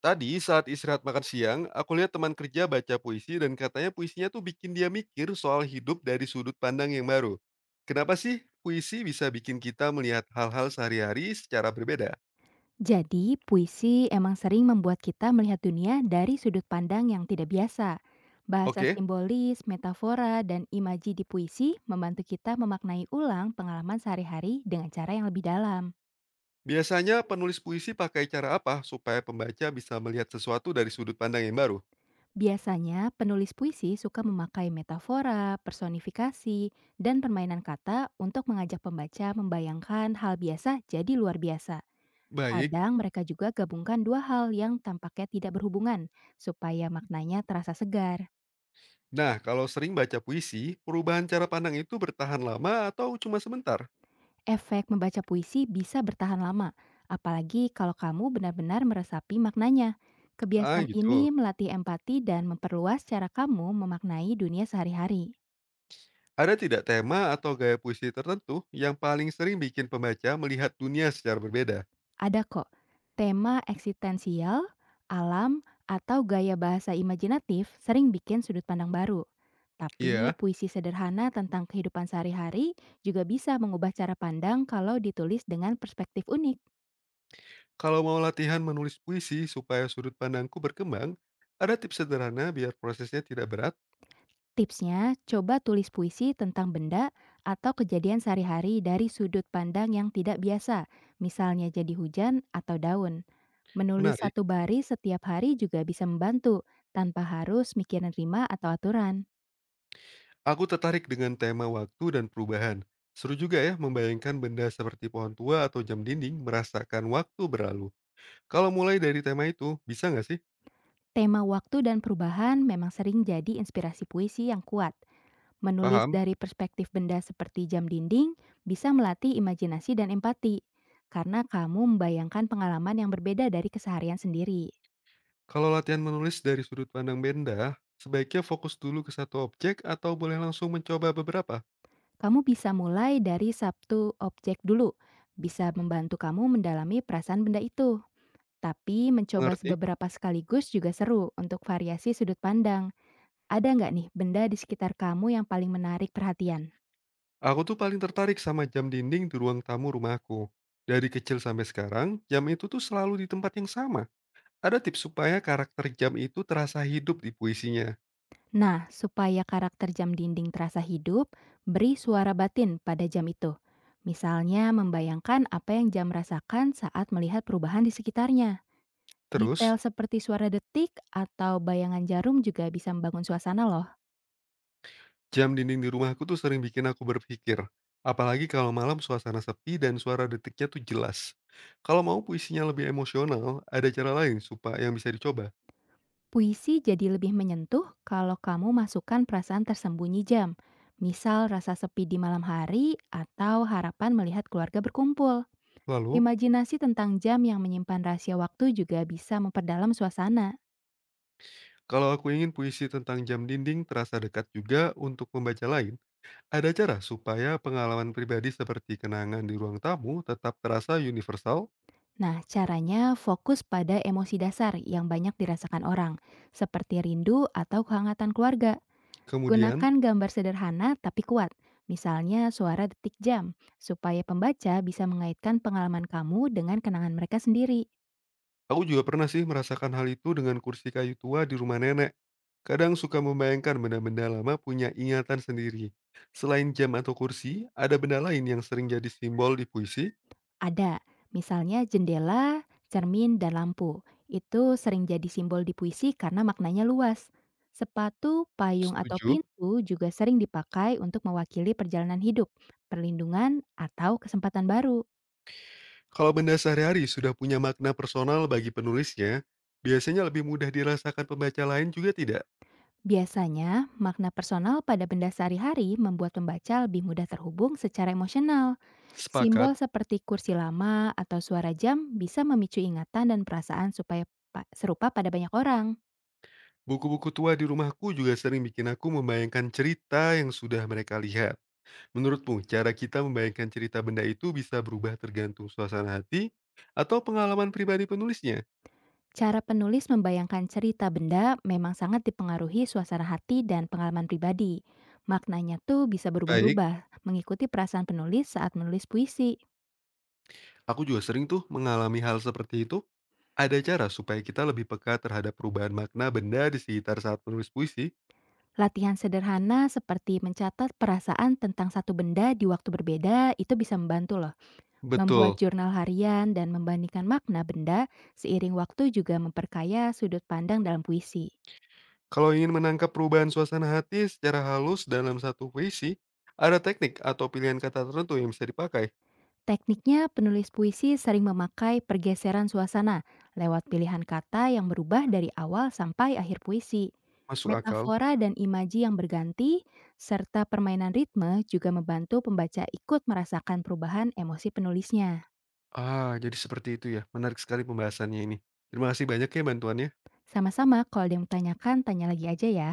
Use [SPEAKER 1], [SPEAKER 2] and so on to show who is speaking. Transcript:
[SPEAKER 1] Tadi saat istirahat makan siang, aku lihat teman kerja baca puisi dan katanya puisinya tuh bikin dia mikir soal hidup dari sudut pandang yang baru. Kenapa sih puisi bisa bikin kita melihat hal-hal sehari-hari secara berbeda?
[SPEAKER 2] Jadi, puisi emang sering membuat kita melihat dunia dari sudut pandang yang tidak biasa. Bahasa
[SPEAKER 1] Oke,
[SPEAKER 2] simbolis, metafora, dan imaji di puisi membantu kita memaknai ulang pengalaman sehari-hari dengan cara yang lebih dalam.
[SPEAKER 1] biasanya penulis puisi pakai cara apa supaya pembaca bisa melihat sesuatu dari sudut pandang yang baru?
[SPEAKER 2] Biasanya, penulis puisi suka memakai metafora, personifikasi, dan permainan kata untuk mengajak pembaca membayangkan hal biasa jadi luar biasa.
[SPEAKER 1] Baik,
[SPEAKER 2] Kadang mereka juga gabungkan dua hal yang tampaknya tidak berhubungan, supaya maknanya terasa segar.
[SPEAKER 1] nah kalau sering baca puisi, perubahan cara pandang itu bertahan lama atau cuma sebentar?
[SPEAKER 2] Efek membaca puisi bisa bertahan lama, apalagi kalau kamu benar-benar meresapi maknanya.
[SPEAKER 1] Ah
[SPEAKER 2] Kebiasaan
[SPEAKER 1] gitu.
[SPEAKER 2] ini melatih empati dan memperluas cara kamu memaknai dunia sehari-hari.
[SPEAKER 1] Ada tidak tema atau gaya puisi tertentu yang paling sering bikin pembaca melihat dunia secara berbeda?
[SPEAKER 2] Ada kok, tema eksistensial, alam, atau gaya bahasa imajinatif sering bikin sudut pandang baru. Tapi
[SPEAKER 1] Iya,
[SPEAKER 2] puisi sederhana tentang kehidupan sehari-hari juga bisa mengubah cara pandang kalau ditulis dengan perspektif unik.
[SPEAKER 1] kalau mau latihan menulis puisi supaya sudut pandangku berkembang, ada tips sederhana biar prosesnya tidak berat?
[SPEAKER 2] Tipsnya, coba tulis puisi tentang benda atau kejadian sehari-hari dari sudut pandang yang tidak biasa, misalnya jadi hujan atau daun. Menulis
[SPEAKER 1] Menarik.
[SPEAKER 2] satu baris setiap hari juga bisa membantu, tanpa harus mikirin rima atau aturan.
[SPEAKER 1] Aku tertarik dengan tema waktu dan perubahan. Seru juga ya membayangkan benda seperti pohon tua atau jam dinding merasakan waktu berlalu. Kalau mulai dari tema itu, bisa nggak sih?
[SPEAKER 2] Tema waktu dan perubahan memang sering jadi inspirasi puisi yang kuat. Menulis
[SPEAKER 1] Paham?
[SPEAKER 2] dari perspektif benda seperti jam dinding bisa melatih imajinasi dan empati, karena kamu membayangkan pengalaman yang berbeda dari keseharian sendiri.
[SPEAKER 1] Kalau latihan menulis dari sudut pandang benda, sebaiknya fokus dulu ke satu objek atau boleh langsung mencoba beberapa?
[SPEAKER 2] Kamu bisa mulai dari Sabtu objek dulu. Bisa membantu kamu mendalami perasaan benda itu. Tapi mencoba
[SPEAKER 1] Mengerti.
[SPEAKER 2] beberapa sekaligus juga seru untuk variasi sudut pandang. Ada nggak nih benda di sekitar kamu yang paling menarik perhatian?
[SPEAKER 1] Aku tuh paling tertarik sama jam dinding di ruang tamu rumahku. Dari kecil sampai sekarang, jam itu tuh selalu di tempat yang sama. Ada tips supaya karakter jam itu terasa hidup di puisinya.
[SPEAKER 2] Nah, supaya karakter jam dinding terasa hidup, beri suara batin pada jam itu. Misalnya membayangkan apa yang jam rasakan saat melihat perubahan di sekitarnya. Detail
[SPEAKER 1] Terus,
[SPEAKER 2] seperti suara detik atau bayangan jarum juga bisa membangun suasana loh.
[SPEAKER 1] jam dinding di rumahku tuh sering bikin aku berpikir. Apalagi kalau malam suasana sepi dan suara detiknya tuh jelas. Kalau mau puisinya lebih emosional, ada cara lain supaya yang bisa dicoba.
[SPEAKER 2] Puisi jadi lebih menyentuh kalau kamu masukkan perasaan tersembunyi jam, misal rasa sepi di malam hari atau harapan melihat keluarga berkumpul.
[SPEAKER 1] Lalu,
[SPEAKER 2] Imajinasi tentang jam yang menyimpan rahasia waktu juga bisa memperdalam suasana.
[SPEAKER 1] kalau aku ingin puisi tentang jam dinding terasa dekat juga untuk pembaca lain, ada cara supaya pengalaman pribadi seperti kenangan di ruang tamu tetap terasa universal.
[SPEAKER 2] Nah, caranya fokus pada emosi dasar yang banyak dirasakan orang, seperti rindu atau kehangatan keluarga.
[SPEAKER 1] Kemudian,
[SPEAKER 2] Gunakan gambar sederhana tapi kuat, misalnya suara detik jam, supaya pembaca bisa mengaitkan pengalaman kamu dengan kenangan mereka sendiri.
[SPEAKER 1] aku juga pernah sih merasakan hal itu dengan kursi kayu tua di rumah nenek. Kadang suka membayangkan benda-benda lama punya ingatan sendiri. Selain jam atau kursi, ada benda lain yang sering jadi simbol di puisi.
[SPEAKER 2] Ada, misalnya jendela, cermin, dan lampu. Itu sering jadi simbol di puisi karena maknanya luas. Sepatu, payung, atau
[SPEAKER 1] Setuju.
[SPEAKER 2] pintu juga sering dipakai untuk mewakili perjalanan hidup, perlindungan, atau kesempatan baru.
[SPEAKER 1] Kalau benda sehari-hari sudah punya makna personal bagi penulisnya, biasanya lebih mudah dirasakan pembaca lain juga tidak?
[SPEAKER 2] Biasanya, makna personal pada benda sehari-hari membuat pembaca lebih mudah terhubung secara emosional. Simbol
[SPEAKER 1] Sepakat.
[SPEAKER 2] seperti kursi lama atau suara jam bisa memicu ingatan dan perasaan supaya serupa pada banyak orang.
[SPEAKER 1] Buku-buku tua di rumahku juga sering bikin aku membayangkan cerita yang sudah mereka lihat. Menurutmu, cara kita membayangkan cerita benda itu bisa berubah tergantung suasana hati atau pengalaman pribadi penulisnya?
[SPEAKER 2] Cara penulis membayangkan cerita benda memang sangat dipengaruhi suasana hati dan pengalaman pribadi. Maknanya tuh bisa
[SPEAKER 1] Baik,
[SPEAKER 2] berubah-ubah, mengikuti perasaan penulis saat menulis puisi.
[SPEAKER 1] aku juga sering tuh mengalami hal seperti itu. Ada cara supaya kita lebih peka terhadap perubahan makna benda di sekitar saat menulis puisi?
[SPEAKER 2] Latihan sederhana seperti mencatat perasaan tentang satu benda di waktu berbeda itu bisa membantu loh. Membuat
[SPEAKER 1] Betul.
[SPEAKER 2] jurnal harian dan membandingkan makna benda seiring waktu juga memperkaya sudut pandang dalam puisi.
[SPEAKER 1] Kalau ingin menangkap perubahan suasana hati secara halus dalam satu puisi, ada teknik atau pilihan kata tertentu yang bisa dipakai.
[SPEAKER 2] Tekniknya, penulis puisi sering memakai pergeseran suasana lewat pilihan kata yang berubah dari awal sampai akhir puisi.
[SPEAKER 1] Masuk akal.
[SPEAKER 2] Metafora dan imaji yang berganti, serta permainan ritme juga membantu pembaca ikut merasakan perubahan emosi penulisnya.
[SPEAKER 1] Ah, jadi seperti itu ya. Menarik sekali pembahasannya ini. Terima kasih banyak ya bantuannya.
[SPEAKER 2] Sama-sama, kalau ada yang tanyakan, tanya lagi aja ya.